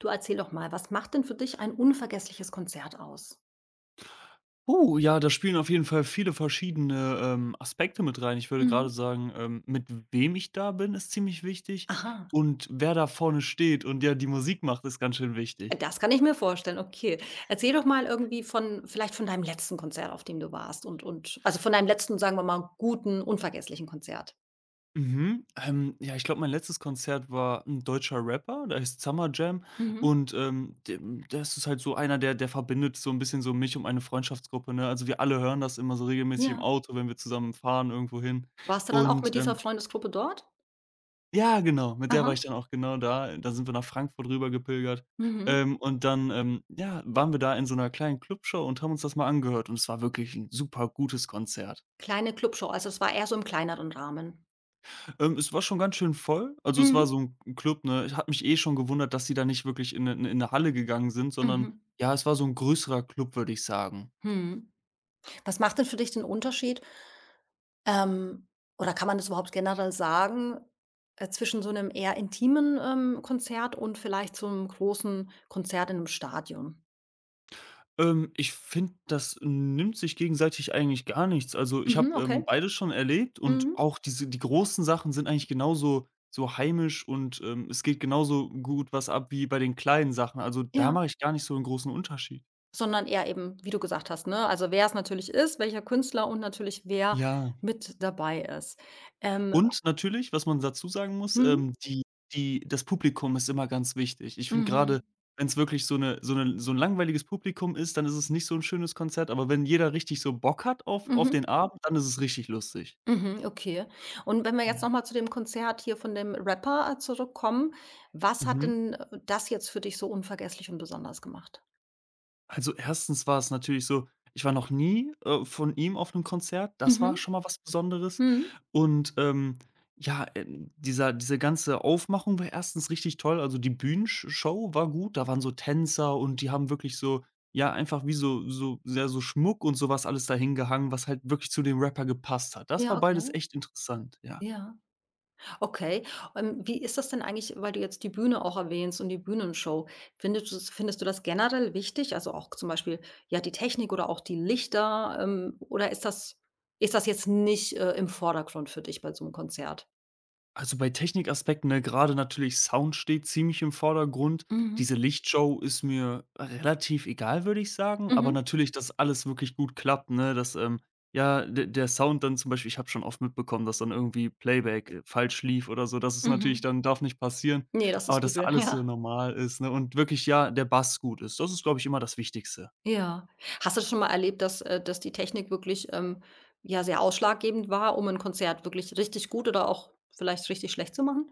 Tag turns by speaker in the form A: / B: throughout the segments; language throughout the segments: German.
A: Du Erzähl doch mal, was macht denn für dich ein unvergessliches Konzert aus?
B: Oh, ja, da spielen auf jeden Fall viele verschiedene Aspekte mit rein. Ich würde gerade
A: Mhm.
B: sagen, mit wem ich da bin, ist ziemlich wichtig,
A: Aha,
B: und wer da vorne steht und ja die Musik macht, ist ganz schön wichtig.
A: das kann ich mir vorstellen, okay. Erzähl doch mal irgendwie von vielleicht von deinem letzten Konzert, auf dem du warst und also, von deinem letzten, sagen wir mal, guten, unvergesslichen Konzert.
B: Mhm. Ja, ich glaube, mein letztes Konzert war ein deutscher Rapper, der heißt Summer Jam.
A: Mhm.
B: Und, ähm, dem das ist halt so einer, der verbindet so ein bisschen so mich und meine Freundschaftsgruppe, ne? Also, wir alle hören das immer so regelmäßig im
A: Ja.
B: Auto, wenn wir zusammen fahren irgendwohin
A: Warst du dann auch
B: und,
A: mit dieser
B: ähm
A: Freundesgruppe dort?
B: Ja, genau, mit der war ich
A: Aha.
B: dann auch genau da. Da sind wir nach Frankfurt rüber gepilgert.
A: Mhm.
B: Und dann, ja, waren wir da in so 'ner kleinen Clubshow und haben uns das mal angehört, und es war wirklich 'n super gutes Konzert.
A: Kleine Clubshow, also es war eher so im kleineren Rahmen.
B: Es war schon ganz schön voll. Also, es war
A: Mhm.
B: so 'n Club, ne? Ich habe mich eh schon gewundert, dass die da nicht wirklich in 'ne Halle gegangen sind, sondern
A: Mhm.
B: ja, es war so 'n größerer Club, würde ich sagen.
A: Mhm. Was macht denn für dich den Unterschied, Ähm, oder kann man das überhaupt generell sagen, zwischen so einem eher intimen, Konzert und vielleicht so 'nem großen Konzert in 'nem Stadion?
B: Ich finde, das nimmt sich gegenseitig eigentlich gar nichts. Also, ich
A: Mhm,
B: habe,
A: okay.
B: beides schon erlebt, und
A: Mhm.
B: auch die großen Sachen sind eigentlich genauso heimisch, und, es geht genauso gut was ab wie bei den kleinen Sachen. Also, da
A: Ja.
B: mache ich gar nicht so einen großen Unterschied.
A: Sondern eher eben, wie du gesagt hast, ne, also wer's natürlich ist, welcher Künstler und natürlich wer
B: Ja,
A: mit dabei ist. Ähm,
B: und natürlich, was man dazu sagen muss,
A: mhm,
B: die die das Publikum ist immer ganz wichtig. Ich finde
A: mhm,
B: gerade, wenn es wirklich so eine so 'ne so ein langweiliges Publikum ist, dann ist es nicht so ein schönes Konzert, aber wenn jeder richtig so Bock hat auf
A: mhm,
B: den Abend, dann ist es richtig lustig.
A: mhm, okay. Und wenn wir jetzt noch
B: Ja.
A: mal zu dem Konzert hier von dem Rapper, zurückkommen, was hat
B: Mhm.
A: denn, das jetzt für dich so unvergesslich und besonders gemacht?
B: Also, erstens war es natürlich so, ich war noch nie, von ihm auf einem Konzert. Das war
A: Mhm.
B: schon mal was Besonderes.
A: Mhm.
B: Und, ja, diese ganze Aufmachung war erstens richtig toll. Also, die Bühnenshow war gut. Da waren so Tänzer, und die haben wirklich so ja, einfach wie so sehr so Schmuck und sowas alles dahin gehangen, was halt wirklich zu dem Rapper gepasst hat. Das
A: Ja,
B: war beides
A: okay.
B: echt interessant, ja.
A: Ja, okay. Wie ist das denn eigentlich, weil du jetzt die Bühne auch erwähnst und die Bühnenshow. Findest du das generell wichtig? Also, auch zum Beispiel, ja, die Technik oder auch die Lichter, oder ist das jetzt nicht, im Vordergrund für dich bei so einem Konzert?
B: Also, bei Technikaspekten, ne, grade natürlich Sound steht ziemlich im Vordergrund.
A: Mhm.
B: Diese Lichtshow ist mir relativ egal, würde ich sagen, aber
A: Mhm.
B: natürlich, dass alles wirklich gut klappt, ne, dass, ja, de der Sound dann zum Beispiel, ich habe schon oft mitbekommen, dass dann irgendwie Playback, falsch lief oder so. Das ist natürlich
A: Mhm.
B: dann darf nicht passieren,
A: Ne, das
B: aber
A: ist
B: dass
A: übel.
B: alles so
A: Ja.
B: normal ist, ne, und wirklich, ja, der Bass gut ist. Das ist, glaube ich, immer das Wichtigste.
A: Ja. Hast du schon mal erlebt, dass dass die Technik wirklich, ja, sehr ausschlaggebend war, um ein Konzert wirklich richtig gut oder auch vielleicht richtig schlecht zu machen?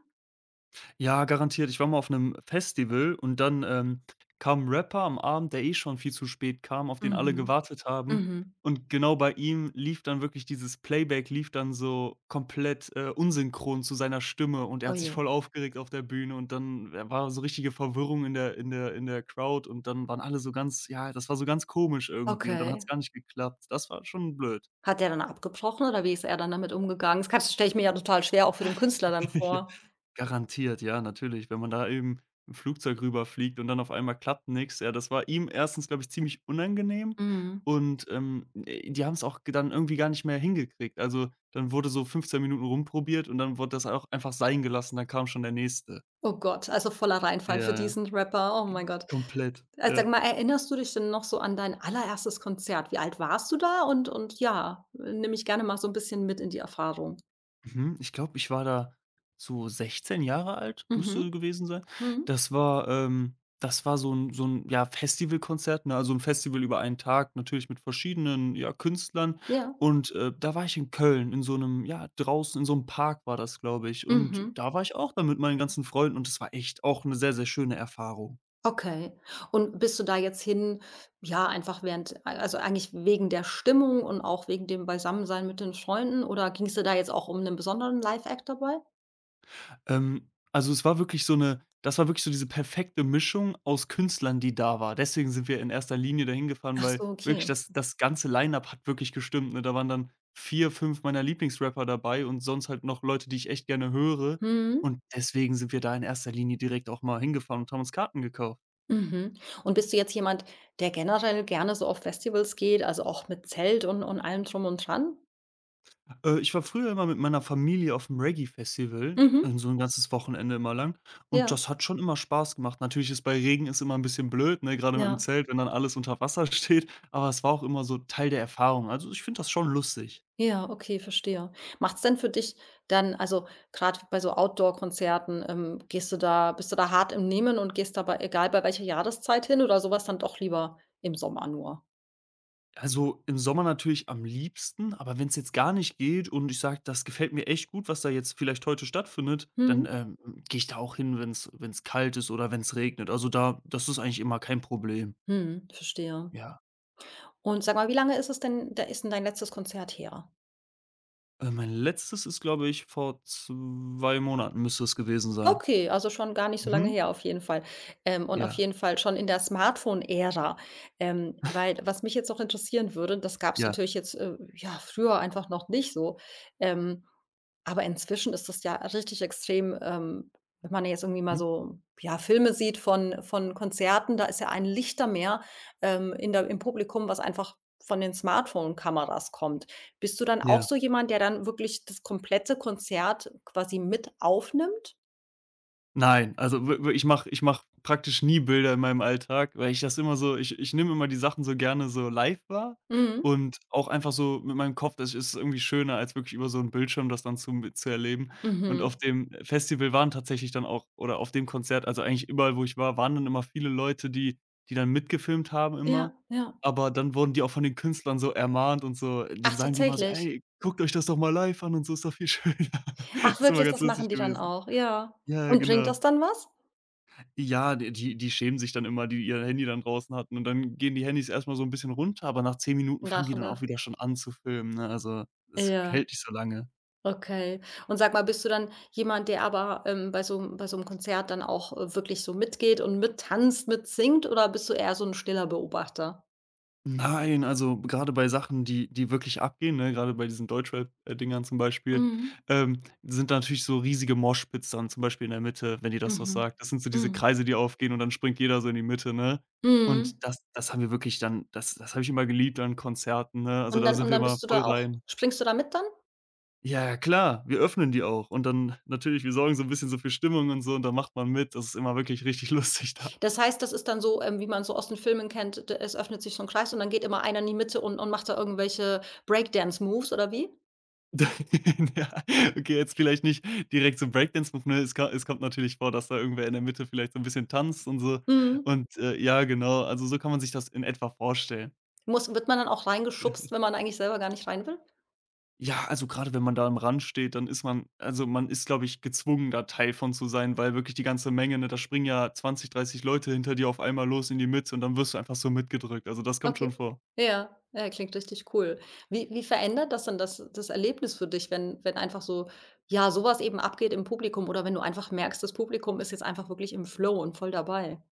B: Ja, garantiert. Ich war mal auf einem Festival, und dann, kam ein Rapper am Abend, der eh schon viel zu spät kam, auf den alle
A: Mhm.
B: gewartet haben.
A: Mhm.
B: Und genau bei ihm lief dann wirklich dieses Playback lief dann so komplett, unsynchron zu seiner Stimme, und er
A: Oh
B: hat sich
A: je.
B: voll aufgeregt auf der Bühne, und dann war so richtige Verwirrung in der Crowd, und dann waren alle so ganz ja, das war so ganz komisch irgendwie, und dann hat
A: Okay.
B: es gar nicht geklappt. Das war schon blöd.
A: Hat der dann abgebrochen oder wie ist er dann damit umgegangen? Das kannst stelle ich mir ja total schwer auch für den Künstler dann
B: Ja,
A: vor.
B: garantiert, ja, natürlich. Wenn man da eben im Flugzeug rüberfliegt und dann auf einmal klappt nichts. Ja, das war ihm erstens, glaube ich, ziemlich unangenehm,
A: Mhm.
B: und, die haben's auch g dann irgendwie gar nicht mehr hingekriegt. Also, dann wurde so 15 Minuten rumprobiert, und dann wurde das auch einfach sein gelassen, dann kam schon der Nächste.
A: Oh Gott, also voller
B: Ja,
A: Reinfall für
B: ja,
A: diesen Rapper. Oh mein Gott.
B: komplett, ja.
A: Sag mal, erinnerst du dich denn noch so an dein allererstes Konzert? Wie alt warst du da? Und ja, nehme ich gerne mal so ein bisschen mit in die Erfahrung.
B: Mhm, ich glaube, ich war da so 16 Jahre alt,
A: Mhm.
B: müsste gewesen sein.
A: Mhm.
B: Das war so ein ja, Festivalkonzert, ne, also ein Festival über einen Tag, natürlich mit verschiedenen, ja, Künstlern.
A: Ja.
B: Und, da war ich in Köln in so einem ja, draußen in so einem Park war das, glaube ich. Und
A: Mhm.
B: da war ich auch dann mit meinen ganzen Freunden, und das war echt auch eine sehr, sehr schöne Erfahrung.
A: Okay. Und bist du da jetzt hin ja, einfach während also, eigentlich wegen der Stimmung und auch wegen dem Beisammensein mit den Freunden oder ging's dir da jetzt auch um einen besonderen Live-Act dabei?
B: Also, es war wirklich so eine, das war wirklich so diese perfekte Mischung aus Künstlern, die da war. Deswegen sind wir in erster Linie dahin gefahren,
A: Ach
B: weil
A: so, okay.
B: wirklich das ganze Line-up hat wirklich gestimmt, ne? Da waren dann 4, 5 meiner Lieblingsrapper dabei und sonst halt noch Leute, die ich echt gerne höre.
A: Mhm.
B: Und deswegen sind wir da in erster Linie direkt auch mal hingefahren und haben uns Karten gekauft.
A: Mhm. Und bist du jetzt jemand, der generell gerne so auf Festivals geht, also, auch mit Zelt und allem drum und dran?
B: Ich war früher immer mit meiner Familie auf dem Reggae-Festival,
A: Mhm.
B: so 'n ganzes Wochenende immer lang, und
A: Ja,
B: das hat schon immer Spaß gemacht. Natürlich ist bei Regen ist immer 'n bisschen blöd, ne, grade mit'm
A: ja.
B: Zelt, wenn dann alles unter Wasser steht, aber es war auch immer so Teil der Erfahrung. Also, ich finde das schon lustig.
A: Ja, okay, verstehe. Macht's denn für dich dann also, gerade bei so Outdoor-Konzerten, gehst du da bist du da hart im Nehmen und gehst dabei egal bei welcher Jahreszeit hin oder sowas dann doch lieber im Sommer nur?
B: Also, im Sommer natürlich am liebsten, aber wenn's jetzt gar nicht geht und ich sage: „Das gefällt mir echt gut, was da jetzt vielleicht heute stattfindet“, dann,
A: Mhm.
B: gehe ich da auch hin, wenn's kalt ist oder wenn's regnet. Also, da das ist eigentlich immer kein Problem.
A: Mhm, verstehe.
B: Ja.
A: Und sag mal, wie lange ist es denn da ist denn dein letztes Konzert her?
B: Mein letztes ist, glaube ich, vor 2 Monaten müsste es gewesen sein.
A: Okay, also schon gar nicht so lange
B: Mhm.
A: her auf jeden Fall. Und auf
B: Ja,
A: jeden Fall schon in der Smartphone-Ära. Weil was mich jetzt noch interessieren würde, das gab es
B: ja.
A: natürlich jetzt, ja, früher einfach noch nicht so. Ähm, aber inzwischen ist das ja richtig extrem, wenn man jetzt irgendwie mal
B: Mhm.
A: so, ja, Filme sieht von Konzerten, da ist ja ein Lichtermeer, in der im Publikum, was einfach von den Smartphone-Kameras kommt. Bist du dann auch
B: Ja.
A: so jemand, der dann wirklich das komplette Konzert quasi mit aufnimmt?
B: Nein, also w w ich mach praktisch nie Bilder in meinem Alltag, weil ich das immer so ich nehme immer die Sachen so gerne so live wahr
A: Mhm.
B: und auch einfach so mit meinem Kopf, das ist irgendwie schöner, als wirklich über so einen Bildschirm das dann zu erleben. Und auf
A: Mhm.
B: dem Festival waren tatsächlich dann auch oder auf dem Konzert, also eigentlich überall, wo ich war, waren dann immer viele Leute, die dann mitgefilmt haben
A: Ja,
B: immer,
A: ja.
B: aber dann wurden die auch von den Künstlern so ermahnt, und so
A: Ach,
B: denen sagen die immer so:
A: tatsächlich?
B: „Ey, guckt euch das doch mal live an und so, ist doch viel schöner.“
A: Ach
B: Ist immer
A: wirklich,
B: ganz
A: das machen
B: lustig
A: die dann
B: gewesen.
A: auch? Ja.
B: Ja,
A: Und bringt
B: genau.
A: das dann was?
B: Ja, die schämen sich dann immer, die ihr Handy dann draußen hatten, und dann gehen die Handys erst mal so 'n bisschen runter, aber nach 10 Minuten fangen
A: Nach
B: die
A: und
B: dann
A: nach.
B: auch wieder schon an zu filmen, ne? Also, es
A: Ja,
B: hält nicht so lange.
A: okay. Und sag mal, bist du dann jemand, der aber, bei so 'm Konzert dann auch, wirklich so mitgeht und mittanzt, mitsingt oder bist du eher so ein stiller Beobachter?
B: Nein, also, grade bei Sachen, die wirklich abgehen, ne, grade bei diesen Deutschrap, Dingern zum Beispiel,
A: Mhm.
B: sind da natürlich so riesige Moshpits dann zum Beispiel in der Mitte, wenn dir das was
A: Mhm.
B: sagt. Das sind so diese
A: Mhm.
B: Kreise, die aufgehen, und dann springt jeder so in die Mitte, ne?
A: Mhm.
B: Und das haben wir wirklich dann das habe ich immer geliebt an Konzerten, ne? Also,
A: Und
B: da
A: dann
B: sind
A: und
B: wir
A: dann
B: immer
A: bist du
B: voll
A: da auch
B: rein.
A: springst du da mit dann?
B: Ja, ja, klar, wir öffnen die auch, und dann natürlich, wir sorgen so 'n bisschen so für Stimmung und so, und dann macht man mit. Das ist immer wirklich richtig lustig da.
A: Das heißt, das ist dann so, wie man so aus den Filmen kennt, d es öffnet sich so 'n Kreis und dann geht immer einer in die Mitte und macht da irgendwelche Breakdance-Moves oder wie?
B: Ja, okay, jetzt vielleicht nicht direkt so Breakdance-Move, ne? Es kommt natürlich vor, dass da irgendwer in der Mitte vielleicht so 'n bisschen tanzt und so.
A: Mhm.
B: Und, ja, genau, also so kann man sich das in etwa vorstellen.
A: Muss wird man dann auch reingeschubst, wenn man eigentlich selber gar nicht rein will?
B: Ja, also gerade wenn man da am Rand steht, dann ist man, also man ist, glaube ich, gezwungen, da Teil von zu sein, weil wirklich die ganze Menge, ne, da springen ja 20, 30 Leute hinter dir auf einmal los in die Mitte, und dann wirst du einfach so mitgedrückt. Also, das kommt schon
A: Okay.
B: vor.
A: Ja, ja, klingt richtig cool. Wie verändert das denn das Erlebnis für dich, wenn einfach so ja, so was eben abgeht im Publikum oder wenn du einfach merkst, das Publikum ist jetzt einfach wirklich im Flow und voll dabei?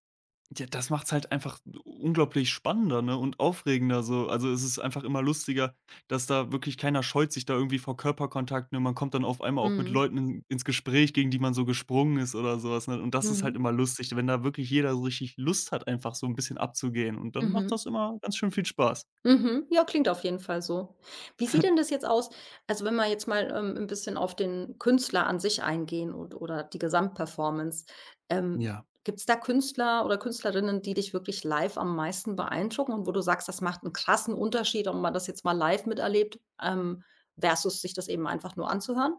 B: Ja, das macht's halt einfach unglaublich spannender, ne, und aufregender so. Also, es ist einfach immer lustiger, dass da wirklich keiner scheut sich da irgendwie vor Körperkontakt, ne? Man kommt dann auf einmal auch mit
A: Mhm.
B: Leuten in ins Gespräch, gegen die man so gesprungen ist oder sowas, ne? Und das ist halt
A: Mhm.
B: immer lustig, wenn da wirklich jeder so richtig Lust hat, einfach so 'n bisschen abzugehen, und dann macht
A: Mhm.
B: das immer ganz schön viel Spaß.
A: Mhm. Ja, klingt auf jeden Fall so. Wie sieht denn das jetzt aus? Also, wenn wir jetzt mal, 'n bisschen auf den Künstler an sich eingehen und oder die Gesamtperformance. Ähm,
B: Ja.
A: gibt es da Künstler oder Künstlerinnen, die dich wirklich live am meisten beeindrucken und wo du sagst, das macht einen krassen Unterschied, ob man das jetzt mal live miterlebt, versus sich das eben einfach nur anzuhören?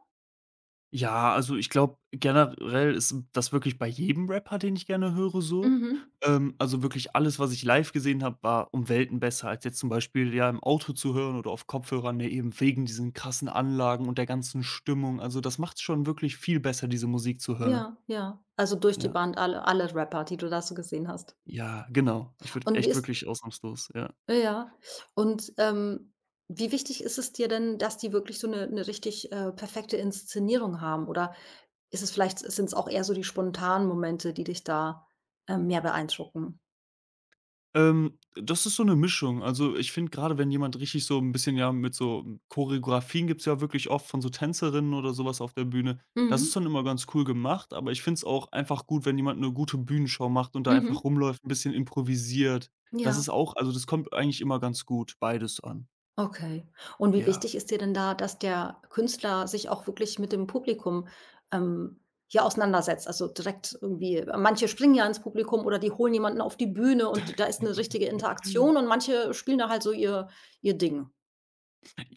B: Ja, also ich glaube, generell ist das wirklich bei jedem Rapper, den ich gerne höre, so.
A: Mhm.
B: Also wirklich alles, was ich live gesehen habe, war um Welten besser, als jetzt zum Beispiel ja im Auto zu hören oder auf Kopfhörern, ne, eben wegen diesen krassen Anlagen und der ganzen Stimmung. Also, das macht's schon wirklich viel besser, diese Musik zu hören.
A: Ja, ja. Also, durch die
B: Ja.
A: Band alle Rapper, die du da so gesehen hast.
B: Ja, genau. Ich würde
A: Und wie
B: echt
A: ist
B: wirklich ausnahmslos, ja.
A: Ja. ja. Und, wie wichtig ist es dir denn, dass die wirklich so 'ne richtig, perfekte Inszenierung haben? Oder ist es vielleicht sind's auch eher so die spontanen Momente, die dich da, mehr beeindrucken?
B: Das ist so 'ne Mischung. Also, ich finde grade, wenn jemand richtig so 'n bisschen, ja, mit so Choreografien gibt's ja wirklich oft von so Tänzerinnen oder so was auf der Bühne. Das
A: Mhm.
B: ist dann immer ganz cool gemacht, aber ich finde es auch einfach gut, wenn jemand 'ne gute Bühnenshow macht und da einfach
A: Mhm.
B: rumläuft, 'n bisschen improvisiert. Das
A: Ja,
B: ist auch, also, das kommt eigentlich immer ganz gut, beides an.
A: okay. Und wie
B: Ja.
A: wichtig ist dir denn da, dass der Künstler sich auch wirklich mit dem Publikum, ähm, ja, auseinandersetzt? Also, direkt irgendwie manche springen ja ins Publikum oder die holen jemanden auf die Bühne und die da ist 'ne richtige Interaktion und manche spielen da halt so ihr Ding.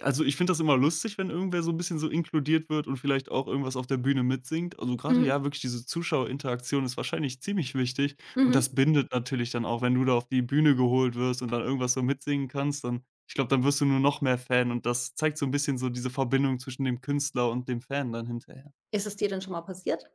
B: Also, ich finde das immer lustig, wenn irgendwer so ein bisschen so inkludiert wird und vielleicht auch irgendwas auf der Bühne mitsingt. Also, gerade
A: Mhm.
B: ja, wirklich diese Zuschauerinteraktion ist wahrscheinlich ziemlich wichtig und das
A: Mhm.
B: bindet natürlich dann auch, wenn du da auf die Bühne geholt wirst und dann irgendwas so mitsingen kannst, dann ich glaube, dann wirst du nur noch mehr Fan und das zeigt so ein bisschen so diese Verbindung zwischen dem Künstler und dem Fan dann hinterher.
A: Ist es dir denn schon mal passiert?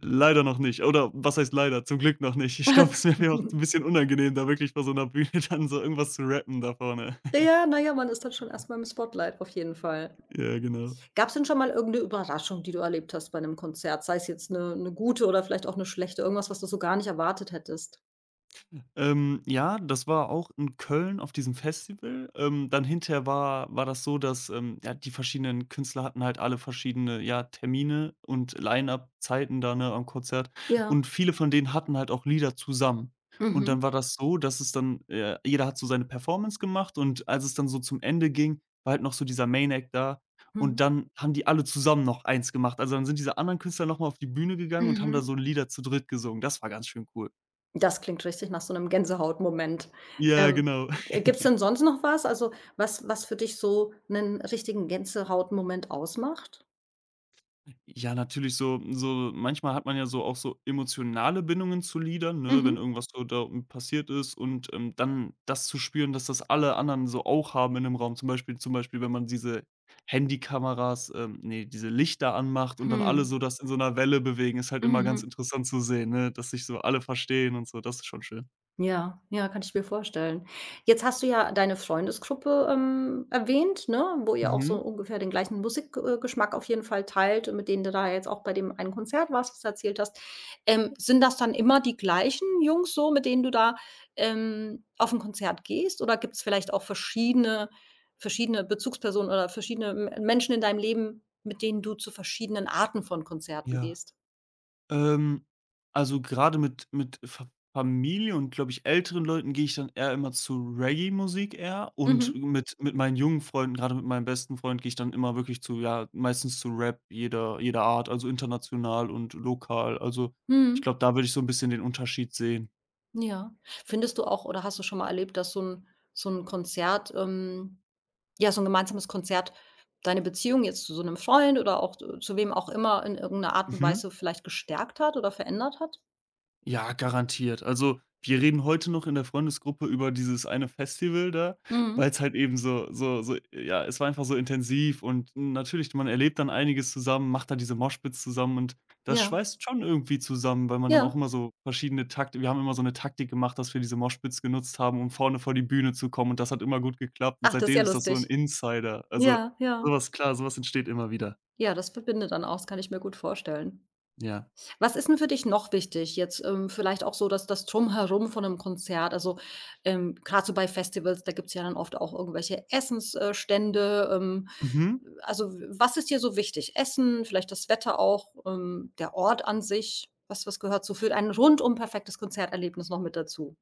B: Leider noch nicht oder was heißt leider, zum Glück noch nicht. Ich glaube, es wäre mir auch ein bisschen unangenehm, da wirklich vor so einer Bühne dann so irgendwas zu rappen da vorne.
A: Ja, naja, man ist dann schon erst mal im Spotlight, auf jeden Fall.
B: Ja, genau.
A: Gab es denn schon mal irgendeine Überraschung, die du erlebt hast bei einem Konzert? Sei es jetzt eine 'ne gute oder vielleicht auch eine schlechte, irgendwas, was du so gar nicht erwartet hättest?
B: Ja, das war auch in Köln auf diesem Festival. Dann hinterher war das so, dass, ja, die verschiedenen Künstler hatten halt alle verschiedene, ja, Termine und Line-up-Zeiten da, ne, am Konzert.
A: Ja.
B: Und viele von denen hatten halt auch Lieder zusammen. Und dann
A: Mhm.
B: war das so, dass es dann jeder hat so seine Performance gemacht, und als es dann so zum Ende ging, war halt noch so dieser Main Act da und
A: Mhm.
B: dann haben die alle zusammen noch eins gemacht. Also, dann sind diese anderen Künstler noch mal auf die Bühne gegangen und haben da
A: Mhm.
B: so Lieder zu dritt gesungen. Das war ganz schön cool.
A: Das klingt richtig nach so einem Gänsehautmoment.
B: Ja,
A: Ähm,
B: genau.
A: gibt's denn sonst noch was? Also, was was für dich so einen richtigen Gänsehautmoment ausmacht?
B: Ja, natürlich so so manchmal hat man ja so auch so emotionale Bindungen zu Liedern, ne,
A: Mhm.
B: wenn irgendwas so da passiert ist und, dann das zu spüren, dass das alle anderen so auch haben in dem Raum. Zum Beispiel, wenn man diese Handykameras ne, diese Lichter anmacht und dann alle
A: Hm.
B: so das in so einer Welle bewegen, ist halt immer ganz
A: Mhm.
B: interessant zu sehen, ne, dass sich so alle verstehen und so. Das ist schon schön.
A: Ja, ja, kann ich mir vorstellen. Jetzt hast du ja deine Freundesgruppe, erwähnt, ne, wo ihr auch so
B: Mhm.
A: ungefähr den gleichen Musikgeschmack auf jeden Fall teilt und mit denen du da jetzt auch bei dem einen Konzert warst, was du erzählt hast. Sind das dann immer die gleichen Jungs so, mit denen du da, auf ein Konzert gehst oder gibt's vielleicht auch verschiedene Bezugspersonen oder verschiedene M Menschen in deinem Leben, mit denen du zu verschiedenen Arten von Konzerten
B: Ja.
A: gehst?
B: Ähm, also gerade mit Fa Familie und, glaube ich, älteren Leuten gehe ich dann eher immer zu Reggae-Musik eher und
A: Mhm.
B: mit meinen jungen Freunden, gerade mit meinem besten Freund, gehe ich dann immer wirklich zu ja, meistens zu Rap jeder Art, also international und lokal. Also, ich
A: Mhm.
B: glaube, da würde ich so ein bisschen den Unterschied sehen.
A: Ja. Findest du auch oder hast du schon mal erlebt, dass so 'n Konzert, ja, so 'n gemeinsames Konzert deine Beziehung jetzt zu so 'nem Freund oder auch zu wem auch immer in irgend 'ner Art und
B: Mhm.
A: Weise vielleicht gestärkt hat oder verändert hat?
B: Ja, garantiert. Also, wir reden heute noch in der Freundesgruppe über dieses eine Festival da,
A: Mhm.
B: weil es halt eben so ja, es war einfach so intensiv und natürlich, man erlebt dann einiges zusammen, macht da diese Moshpits zusammen und das
A: Ja,
B: schweißt schon irgendwie zusammen, weil man dann auch
A: ja.
B: immer so verschiedene Takt wir haben immer so eine Taktik gemacht, dass wir diese Moshpits genutzt haben, um vorne vor die Bühne zu kommen, und das hat immer gut geklappt und
A: Ach, das ist ja
B: seitdem ist das so ein
A: lustig.
B: Insider. Also,
A: Ja, ja.
B: sowas klar, sowas entsteht immer wieder.
A: Ja, das verbindet dann auch, das kann ich mir gut vorstellen.
B: Ja.
A: Was ist denn für dich noch wichtig? Jetzt, vielleicht auch so das Drumherum von 'nem Konzert. Also, grad so bei Festivals, da gibt es ja dann oft auch irgendwelche Essensstände. Stände.
B: Mhm.
A: Also, w was ist dir so wichtig? Essen, vielleicht das Wetter auch, der Ort an sich? Was was gehört so für ein rundum perfektes Konzerterlebnis noch mit dazu?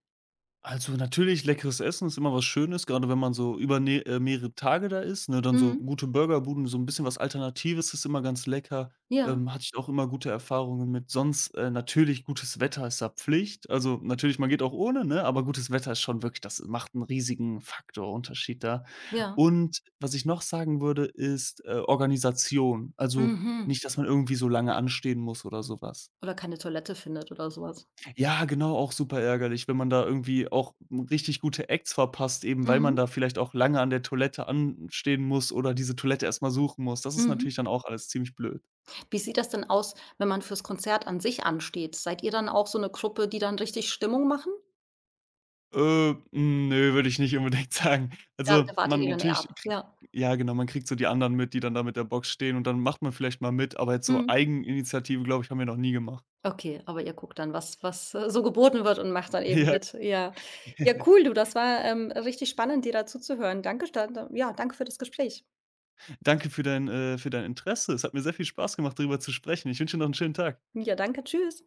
B: Also, natürlich leckeres Essen ist immer was Schönes, gerade wenn man so über ne mehrere Tage da ist, ne? Dann so
A: Mhm.
B: gute Burgerbuden, so 'n bisschen was Alternatives ist immer ganz lecker.
A: Ja,
B: Hatte ich auch immer gute Erfahrungen mit. Sonst, natürlich gutes Wetter ist da Pflicht. Also, natürlich, man geht auch ohne, ne, aber gutes Wetter ist schon wirklich das macht 'n riesigen Faktor Unterschied da.
A: ja.
B: Und was ich noch sagen würde, ist, Organisation. Also,
A: Mhm.
B: nicht, dass man irgendwie so lange anstehen muss oder so was.
A: Oder keine Toilette findet oder sowas?
B: Ja, genau, auch super ärgerlich, wenn man da irgendwie auch richtig gute Acts verpasst, eben weil man da
A: Mhm.
B: vielleicht auch lange an der Toilette anstehen muss oder diese Toilette erst mal suchen muss. Das ist
A: Mhm.
B: natürlich dann auch alles ziemlich blöd.
A: Wie sieht das denn aus, wenn man fürs Konzert an sich ansteht? Seid ihr dann auch so 'ne Gruppe, die dann richtig Stimmung machen?
B: Ne, würde ich nicht unbedingt sagen.
A: Da
B: Also,
A: da wartet
B: man
A: ihr dann eher
B: natürlich
A: ab?
B: kriegt
A: Ja.
B: ja genau, man kriegt so die anderen mit, die dann da mit der Box stehen, und dann macht man vielleicht mal mit, aber jetzt so
A: Mhm.
B: Eigeninitiative, glaube ich, haben wir noch nie gemacht.
A: Okay, aber ihr guckt dann, was was, so geboten wird und macht dann eben
B: Ja.
A: mit. Ja. Ja, cool, du, das war, richtig spannend, dir da zuzuhören. Danke sta da ja, danke für das Gespräch.
B: Danke für dein Interesse. Es hat mir sehr viel Spaß gemacht, darüber zu sprechen. Ich wünsche dir noch einen schönen Tag.
A: Ja, danke. Tschüss.